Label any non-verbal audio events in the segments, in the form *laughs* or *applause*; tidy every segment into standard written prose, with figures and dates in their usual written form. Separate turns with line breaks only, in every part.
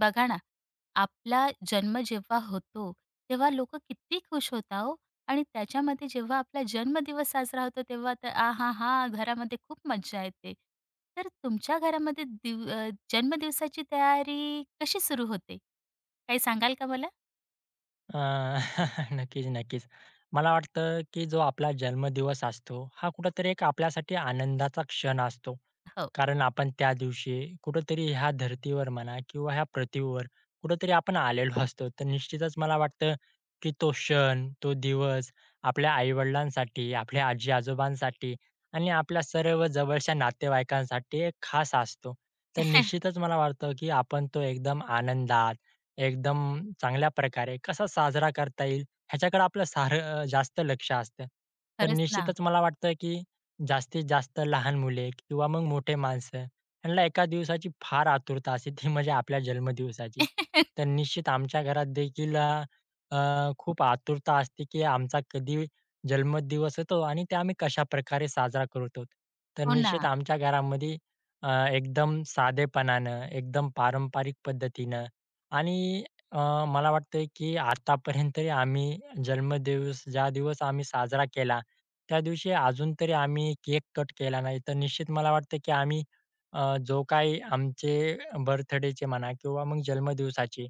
बघा ना, आपला जन्म जेव्हा होतो, तेव्हा लोकं किती खुश होता हो आणि त्याच्यामध्ये जेव्हा आपला जन्मदिवस साजरा होतो, तेव्हा तर आहाहा! घरामध्ये खूप मज्जा येते. तर तुमच्या घरामध्ये जन्मदिवसाची तयारी कशी सुरू होते? काही सांगाल का मला?
अ, *laughs* नक्कीच, नक्कीच. मला वाटतं, की जो आपला जन्मदिवस असतो, हा कुठेतरी एक आपल्यासाठी आनंदाचा क्षण असतो.
हो.
कारण आपण त्या दिवशी कुठेतरी ह्या धर्तीवर म्हणा किंवा ह्या पृथ्वीवर कुठेतरी आपण आलेलो असतो. तर निश्चितच मला वाटतं, की तो क्षण, तो दिवस आपल्या आई आपल्या आजी-आजोबांसाठी आणि आपल्या सर्व जवळच्या नातेवाईकांसाठी एक खास असतो. तर
*laughs*
निश्चितच मला वाटतं, की आपण तो एकदम आनंदात एकदम चांगल्या प्रकारे कसा साजरा करता येईल, ह्याच्याकडे आपलं सारं जास्त लक्ष असतं. तर
खरंच ना.
निश्चितच मला वाटतं, की जास्तीत जास्त लहान मुले किंवा मग मोठे माणसं, ह्यांना एका दिवसाची फार आतुरता असते, ती म्हणजे आपल्या जन्मदिवसाची. तर
*laughs*
निश्चित आमच्या घरात देखील अ, अ, खूप आतुरता असते, की आमचा कधी जन्मदिवस येतो आणि ते आम्ही कशाप्रकारे साजरा करतो. तर
हो ना.
निश्चित आमच्या घरामध्ये एकदम साधेपणानं, एकदम पारंपरिक पद्धतीनं आणि अ, मला वाटतंय की आतापर्यंत तरी आम्ही जन्मदिवस ज्या दिवस आम्ही साजरा केला, त्या दिवशी अजून तरी आम्ही केक कट केला नाही. तर निश्चित मला वाटतं की आम्ही जो काही आमचे बर्थडेचे म्हणा किंवा मग जन्मदिवसाचे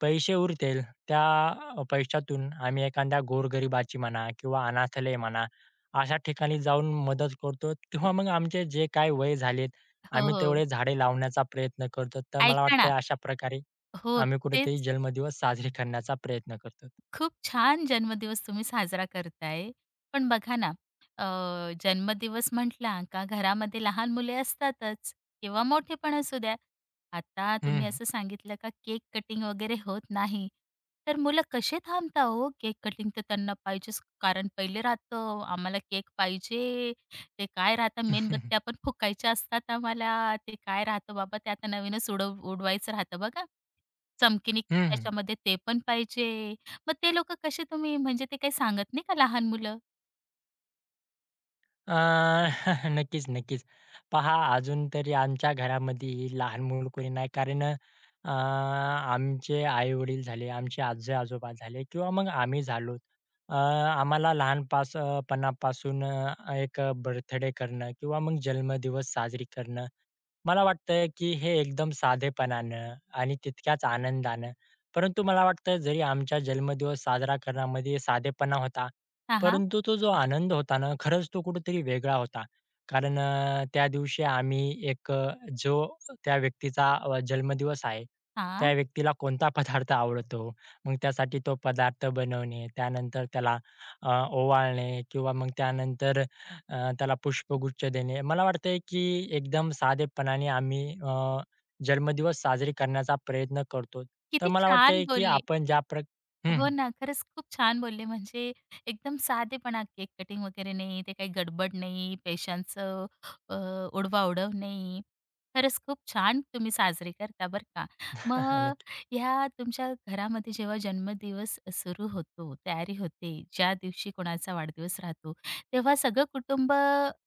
पैसे उरतील, त्या पैशातून आम्ही एखाद्या गोरगरिबाची म्हणा किंवा अनाथालय म्हणा, अशा ठिकाणी जाऊन मदत करतो किंवा मग आमचे जे काही वय झालेत,
हो,
आम्ही
हो.
तेवढे झाडे लावण्याचा प्रयत्न करतो. तर मला
ऐका
वाटतंय
ना.
अशा प्रकारे
हो,
आम्ही कुठेतरी
तेच.
जन्मदिवस साजरे करण्याचा प्रयत्न करतो.
खूप छान जन्मदिवस तुम्ही साजरा करताय. पण बघा ना, जन्मदिवस म्हटला का घरामध्ये लहान मुले असतातच किंवा मोठे पण असू द्या. आता
हं,
तुम्ही असं सांगितलं का केक कटिंग वगैरे होत नाही. तर मुलं कसे थांबता हो? केक कटिंग तर त्यांना पाहिजेच कारण पहिले राहतं, आम्हाला केक पाहिजे. ते काय राहतं मेणबत्त्या पण फुकायच्या असतात आम्हाला. ते काय राहतं बाबा ते आता नवीनच उडव उडवायचं राहतं बघा. चमकीनी
हं.
त्याच्यामध्ये ते पण पाहिजे. मग ते लोकं कसे तुम्ही म्हणजे ते काही सांगत नाही का लहान मुलं?
अ, *laughs* *laughs* नक्कीच, नक्कीच. पहा अजून तरी आमच्या घरामध्ये लहान मूल कोणी नाही कारण आमचे आई-वडील झाले, आमचे आजी-आजोबा झाले किंवा मग आम्ही झालो. आम्हाला पणापासून एक बर्थडे करणं किंवा मग जन्मदिवस साजरी करणं मला वाटतं की हे एकदम साधेपणानं आणि तितक्याच आनंदानं, परंतु मला वाटतं जरी आमचा जन्मदिवस साजरा करण्यामध्ये साधेपणा होता,
हां, हां.
परंतु तो जो आनंद होता ना, खरंच तो कुठेतरी वेगळा होता. कारण त्या दिवशी आम्ही एक जो त्या व्यक्तीचा जन्मदिवस आहे, त्या
हां.
व्यक्तीला कोणता पदार्थ आवडतो, मग त्यासाठी तो पदार्थ बनवणे, त्यानंतर त्याला अ, ओवाळणे किंवा मग त्यानंतर त्याला पुष्पगुच्छ देणे. मला वाटतंय की एकदम साधेपणाने आम्ही जन्मदिवस साजरी करण्याचा प्रयत्न करतो. तर
किती
मला
छान
वाटतंय की
बोलले.
आपण हं,
हो ना, खरंच खूप छान बोलले. म्हणजे एकदम साधेपणा, केक कटिंग वगैरे नाही, ते काही गडबड नाही, पैशांचं अ, उडवाउडव नाही. खरंच खूप छान तुम्ही साजरे करता बरं का. मग
*laughs* नक्की.
ह्या तुमच्या घरामध्ये जेव्हा जन्मदिवस सुरू होतो, तयारी होते, ज्या दिवशी कोणाचा वाढदिवस राहतो, तेव्हा सगळं कुटुंब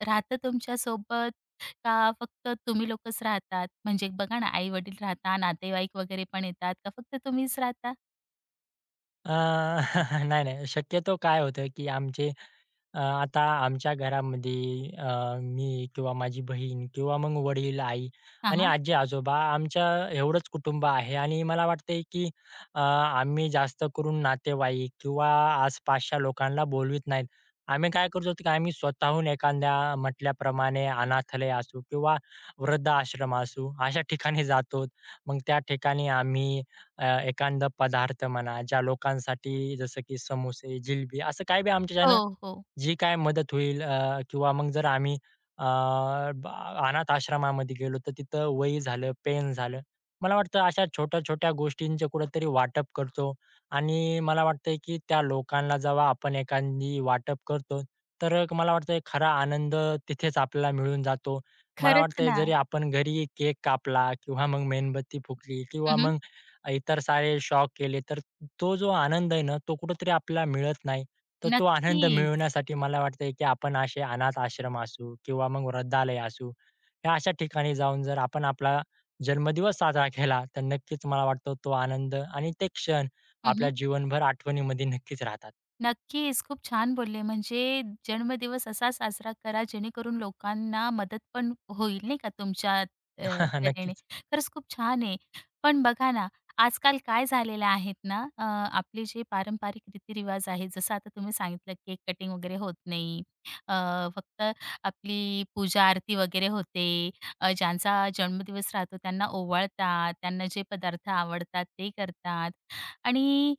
राहतं तुमच्यासोबत का फक्त तुम्ही लोकच राहतात? म्हणजे बघा ना, आई-वडील राहता, नातेवाईक वगैरे पण येतात का फक्त तुम्हीच राहता?
अ, *laughs* नाही, नाही. शक्यतो काय होतं की आता आमच्या घरामध्ये मी किंवा माझी बहीण किंवा मग वडील, आई आणि
हां,
आजी-आजोबा आमच्या एवढंच कुटुंब आहे आणि मला वाटतंय की आम्ही जास्त करून नातेवाईक किंवा आसपासच्या लोकांना बोलवीत नाहीत. आम्ही काय करतो की आम्ही स्वतःहून एखाद्या म्हटल्याप्रमाणे अनाथालय असू किंवा वृद्धाश्रम असू अशा ठिकाणी जातो. मग त्या ठिकाणी आम्ही एखादा पदार्थ म्हणा, ज्या लोकांसाठी जसं की समोसे, जिलबी असं काही बी
हो,
आमच्याच्यानं
हो.
जी काय मदत होईल किंवा मग जर आम्ही अ, ब अनाथ आश्रमामध्ये गेलो, तर तिथं वही झालं, पेन झालं. मला वाटतं अशा छोट्या-छोट्या गोष्टींचं कुठेतरी वाटप करतो आणि मला वाटतंय, की त्या लोकांना जेव्हा आपण एखादी वाटप करतो, तर मला वाटतंय खरा आनंद तिथेच आपल्याला मिळून जातो. मला
खरंच
वाटतंय
ना.
जरी आपण घरी केक कापला किंवा मग मेणबत्ती फुकली किंवा
हं, हं.
मग इतर सारे शौक केले, तर तो जो आनंद आहे ना, तो कुठेतरी आपल्याला मिळत नाही. तर तो आनंद
नक्कीच.
मिळवण्यासाठी मला वाटतंय, की आपण असे अनाथ आश्रम असू किंवा मग वृद्धालय असू, या अशा ठिकाणी जाऊन जर आपण आपला जन्मदिवस साजरा केला, तर नक्कीच मला वाटतं तो आनंद आणि ते क्षण
हं,
आपल्या
हं.
जीवनभर आठवणीमध्ये नक्कीच राहतात.
नक्कीच. खूप छान बोलले. म्हणजे जन्मदिवस असा साजरा करा जेणेकरून लोकांना मदत पण होईल नाही का तुमच्या अ,
*laughs*
तऱ्हेने.
नक्कीच.
खरंच खूप छान आहे. पण बघा ना, आजकाल काय झालेलं आहेत ना, आपले जे पारंपरिक रीतिरिवाज आहेत, जसं आता तुम्ही सांगितलं केक कटिंग वगैरे होत नाही. अ, फक्त आपली पूजा आरती वगैरे होते. ज्यांचा जन्मदिवस राहतो त्यांना ओवाळतात, त्यांना जे पदार्थ आवडतात ते करतात आणि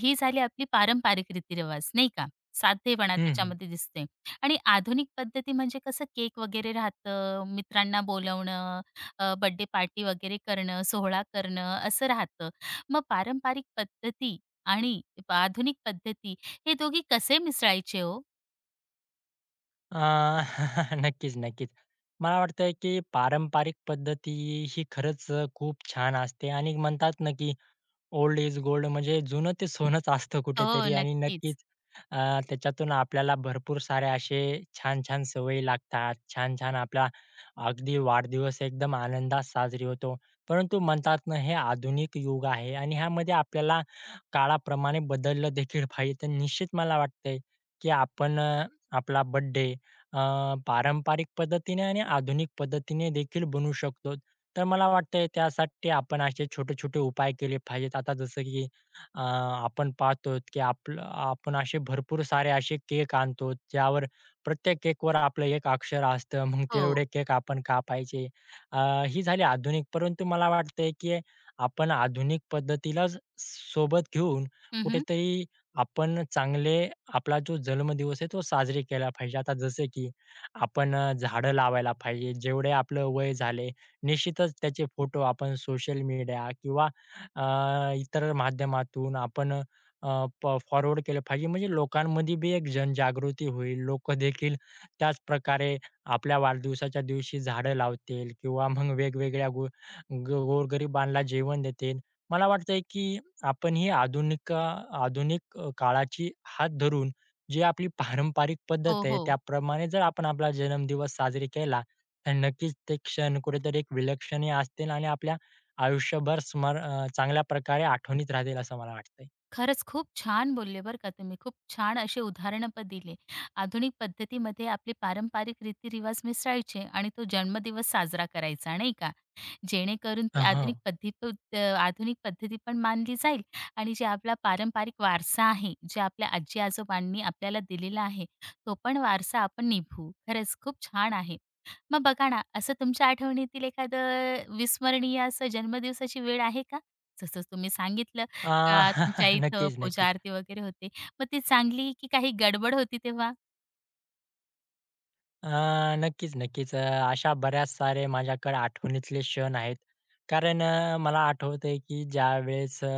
ही झाली आपली पारंपरिक रीतीरिवाज नाही का? साधेपणा
हं, हं.
त्याच्यामध्ये दिसते आणि आधुनिक पद्धती म्हणजे कसं केक वगैरे राहतं, मित्रांना बोलवणं, बर्थडे पार्टी वगैरे करणं, सोहळा करणं असं राहतं. मग पारंपरिक पद्धती आणि आधुनिक पद्धती हे दोघी कसे मिसळायचे हो?
अ, *laughs* नक्कीच, नक्कीच. मला वाटतंय, की पारंपरिक पद्धती ही खरंच खूप छान असते आणि म्हणतात ना, की ओल्ड इज गोल्ड म्हणजे जुनं ते सोनंच असतं
हो,
कुठेतरी आणि नक्कीच
नक्कीच.
अ, त्याच्यातून आपल्याला भरपूर साऱ्या असे छान-छान सवयी लागतात. छान-छान आपला अगदी वाढदिवस एकदम आनंदात साजरी होतो. परंतु म्हणतात ना, हे आधुनिक युग आहे आणि ह्यामध्ये आपल्याला काळाप्रमाणे बदललं देखील पाहिजे. तर निश्चित मला वाटतंय, की आपण आपला बर्थडे पारंपरिक पद्धतीने आणि आधुनिक पद्धतीने देखील बनवू शकतो. तर मला वाटतंय त्यासाठी आपण असे छोटे-छोटे उपाय केले पाहिजेत. आता जसं की आपण पाहतो की आपलं आपण असे भरपूर सारे असे केक आणतो, ज्यावर प्रत्येक केकवर आपलं एक अक्षर असतं. मग
हो.
तेवढे केक आपण कापायचे. अ, ही झाली आधुनिक. परंतु मला वाटतंय की आपण आधुनिक पद्धतीलाच सोबत घेऊन
हं,
कुठेतरी आपण चांगले आपला जो जन्मदिवस आहे तो साजरी केला पाहिजे. आता जसे की आपण झाडं लावायला पाहिजे. जेवढे आपलं वय झाले निश्चितच त्याचे फोटो आपण सोशल मीडिया किंवा इतर माध्यमातून आपण अ, प फॉरवर्ड केलं पाहिजे. म्हणजे लोकांमध्ये बी एक जनजागृती होईल. लोकं देखील त्याच प्रकारे आपल्या वाढदिवसाच्या दिवशी झाडं लावतील किंवा मग वेगवेगळ्या गो गो गोरगरिबांना जेवण देतील. मला वाटतंय की आपण ही आधुनिक आधुनिक अ, काळाची हात धरून जी आपली पारंपरिक
हो,
पद्धत आहे
हो.
त्याप्रमाणे जर आपण आपला जन्मदिवस साजरी केला तर नक्कीच ते क्षण कुठेतरी एक विलक्षण असतील आणि आपल्या आयुष्यभर चांगल्या प्रकारे आठवणीत राहतील असं मला वाटतंय.
खरंच खूप छान बोलले बरं का तुम्ही. खूप छान असे उदाहरणं पण दिले. आधुनिक पद्धतीमध्ये आपले पारंपरिक रीतीरिवाज मिसळायचे आणि तो जन्मदिवस साजरा करायचा, नाही का? जेणेकरून ती
हो.
आधुनिक पद्धती प आधुनिक पद्धती पण मानली जाईल आणि जे आपला पारंपरिक वारसा आहे, जे आपल्या आजी-आजोबांनी आपल्याला दिलेला आहे, तो पण वारसा आपण निभवू. खरंच खूप छान आहे. मग बघा ना, असं तुमच्या आठवणीतील एखादं विस्मरणीय असं जन्मदिवसाची वेळ आहे का? जसं तुम्ही सांगितलं
अ,
का तुमच्या
*laughs*
इथं
नक्कीच,
पूजा
नक्कीच.
आरती वगैरे होते. मग ती चांगली की काही गडबड होती तेव्हा?
अ, नक्कीच, नक्कीच. अशा बऱ्याच सारे माझ्याकडे आठवणीतले क्षण आहेत. कारण मला आठवतंय की ज्यावेळेस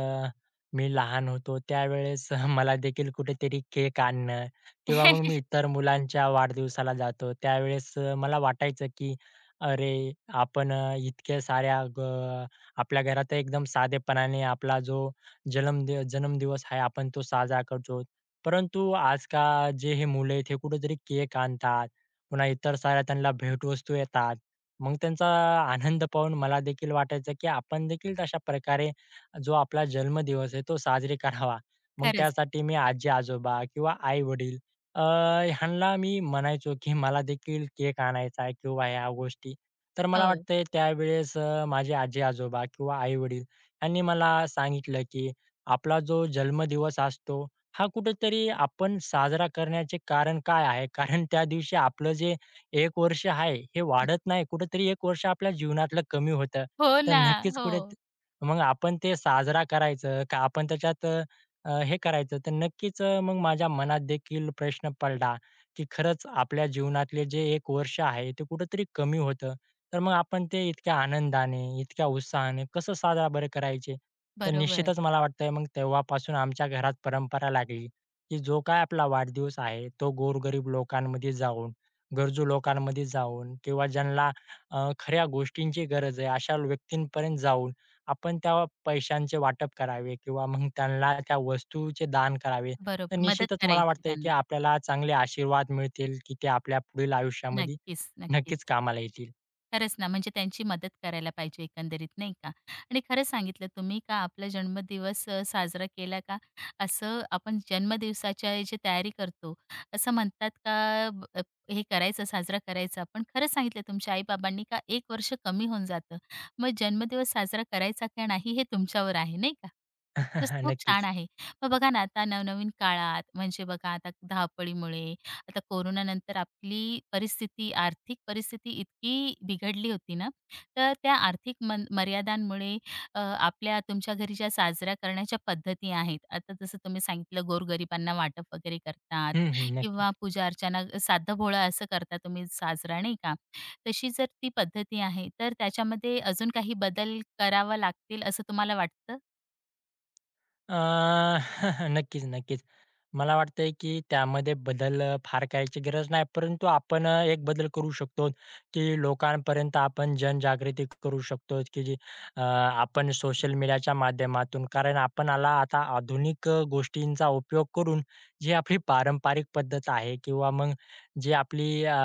मी लहान होतो त्यावेळेस *laughs* मला देखील कुठेतरी केक आणणं किंवा मग मी
*laughs*
इतर मुलांच्या वाढदिवसाला जातो त्यावेळेस मला वाटायचं की अरे, आपण इतक्या साऱ्या आपल्या घरात एकदम साधेपणाने आपला जो जन्मदिवस आहे आपण तो साजरा करतो. परंतु आज जे हे मुलं आहेत हे कुठेतरी केक आणतात पुन्हा इतर साऱ्या त्यांना भेटवस्तू येतात. मग त्यांचा आनंद पाहून मला देखील वाटायचं, की आपण देखील तशा प्रकारे जो आपला जन्मदिवस आहे तो साजरी करावा. मग
खरंच.
त्यासाठी मी आजी-आजोबा किंवा आई-वडील अ, ह्यांना मी म्हणायचो, की मला देखील केक आणायचा आहे किंवा ह्या गोष्टी. तर मला
हो.
वाटतंय त्यावेळेस माझे आजी-आजोबा किंवा आई-वडील यांनी मला सांगितलं, की आपला जो जन्मदिवस असतो हा कुठेतरी आपण साजरा करण्याचे कारण काय आहे? कारण त्या दिवशी आपलं जे 1 वर्ष आहे, हे वाढत नाही. कुठेतरी 1 वर्ष आपल्या जीवनातलं कमी होतं.
हो
तर
ना.
नक्कीच
हो.
कुठे मग आपण ते साजरा करायचं का आपण त्याच्यात हे करायचं? तर नक्कीच मग माझ्या मनात देखील प्रश्न पडला, की खरंच आपल्या जीवनातले जे 1 वर्ष आहे, ते कुठेतरी कमी होतं. तर मग आपण ते इतक्या आनंदाने, इतक्या उत्साहाने कसं साजरा बरं करायचे? तर
बरोबर.
निश्चितच मला वाटतंय मग तेव्हापासून आमच्या घरात परंपरा लागली, की जो काही आपला वाढदिवस आहे, तो गोरगरीब लोकांमध्ये जाऊन, गरजू लोकांमध्ये जाऊन किंवा ज्यांना खऱ्या गोष्टींची गरज आहे, अशा व्यक्तींपर्यंत जाऊन आपण त्या पैशांचे वाटप करावे किंवा मग त्यांना त्या वस्तूचे दान करावे. तर
बरोबर. मदत
निश्चितच मला
करायची
वाटतंय, की
त्यांना.
आपल्याला चांगले आशीर्वाद मिळतील, की ते आपल्या पुढील आयुष्यामध्ये
नक्कीच, नक्कीच.
नक्कीच कामाला येतील.
खरंच ना, म्हणजे त्यांची मदत करायला पाहिजे एकंदरीत नाही का? आणि खरं सांगितलं तुम्ही का आपला जन्मदिवस साजरा केला का असं आपण जन्मदिवसाच्या जी तयारी करतो, असं म्हणतात का हे करायचं, साजरा करायचा. पण खरं सांगितलं तुमच्या आई का 1 वर्ष कमी होऊन जातं. मग जन्मदिवस साजरा करायचा का नाही हे तुमच्यावर आहे नाही का? खरंच
*laughs*
खूप छान
नक्कीच.
आहे. मग बघा ना, आता नवनवीन काळात म्हणजे बघा आता धावपळीमुळे आता कोरोनानंतर आपली परिस्थिती, आर्थिक परिस्थिती इतकी बिघडली होती ना, तर त्या आर्थिक मन मर्यादांमुळे आपल्या तुमच्या घरी ज्या साजऱ्या करण्याच्या पद्धती आहेत, आता जसं तुम्ही सांगितलं गोरगरिबांना वाटप वगैरे करतात
हं, हं. नक्कीच.
किंवा पूजा-अर्चना साधं-भोळं असं करता तुम्ही साजरा नाही का? तशी जर ती पद्धती आहे, तर त्याच्यामध्ये अजून काही बदल करावा लागतील असं तुम्हाला वाटतं?
अ, *laughs* नक्कीच, नक्कीच. मला वाटतंय, की त्यामध्ये बदल फार करायची गरज नाही. परंतु आपण एक बदल करू शकतो, की लोकांपर्यंत आपण जनजागृती करू शकतो, की जी आपण सोशल मीडियाच्या माध्यमातून कारण आपणाला आता आधुनिक गोष्टींचा उपयोग करून जी आपली पारंपरिक पद्धत आहे किंवा मग जी आपली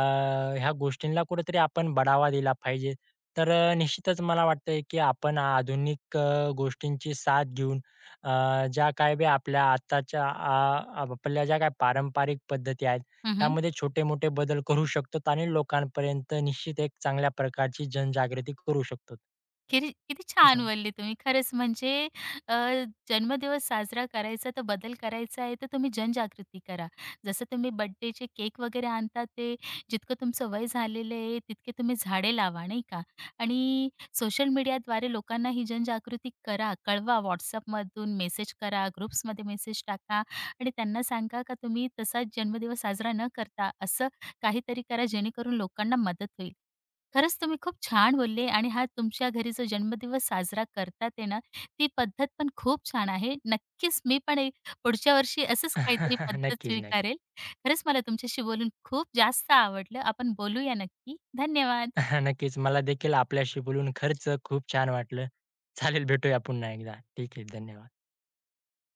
ह्या गोष्टींना कुठेतरी आपण बढावा दिला पाहिजे. तर निश्चितच मला वाटतंय, की आपण आधुनिक गोष्टींची साथ घेऊन ज्या काही बी आपल्या आत्ताच्या आ आपल्या ज्या काही पारंपरिक पद्धती आहेत, त्यामध्ये छोटे-मोठे बदल करू शकतो आणि लोकांपर्यंत निश्चित एक चांगल्या प्रकारची जनजागृती करू शकतो.
किती किती
असं
छान
मला
बोलले तुम्ही. खरंच म्हणजे अ, जन्मदिवस साजरा करायचा तर बदल करायचा आहे तर तुम्ही जनजागृती करा. जसं तुम्ही बर्थडेचे केक वगैरे आणता ते जितकं तुमचं वय झालेलं आहे तितके तुम्ही झाडे लावा, नाही का? आणि सोशल मीडियाद्वारे लोकांना ही जनजागृती करा, कळवा. WhatsAppमधून मेसेज करा, ग्रुप्समध्ये मेसेज टाका आणि त्यांना सांगा का तुम्ही तसा जन्मदिवस साजरा न करता असं काहीतरी करा जेणेकरून लोकांना मदत होईल. खरंच तुम्ही खूप छान बोलले आणि हा तुमच्या घरी जो जन्मदिवस साजरा करतात आहे ना, ती पद्धत पण खूप छान आहे. नक्कीच मी पण ए पुढच्या वर्षी असंच काहीतरी
*laughs*
पद्धत
नक्कीच, नक्की.
स्वीकारेल. खरंच मला तुमच्याशी बोलून खूप जास्त आवडलं. आपण बोलूया नक्की. धन्यवाद.
*laughs* नक्कीच. मला देखील आपल्याशी बोलून खरंच खूप छान वाटलं. चालेल, भेटूया पुन्हा एकदा. ठीक आहे. धन्यवाद.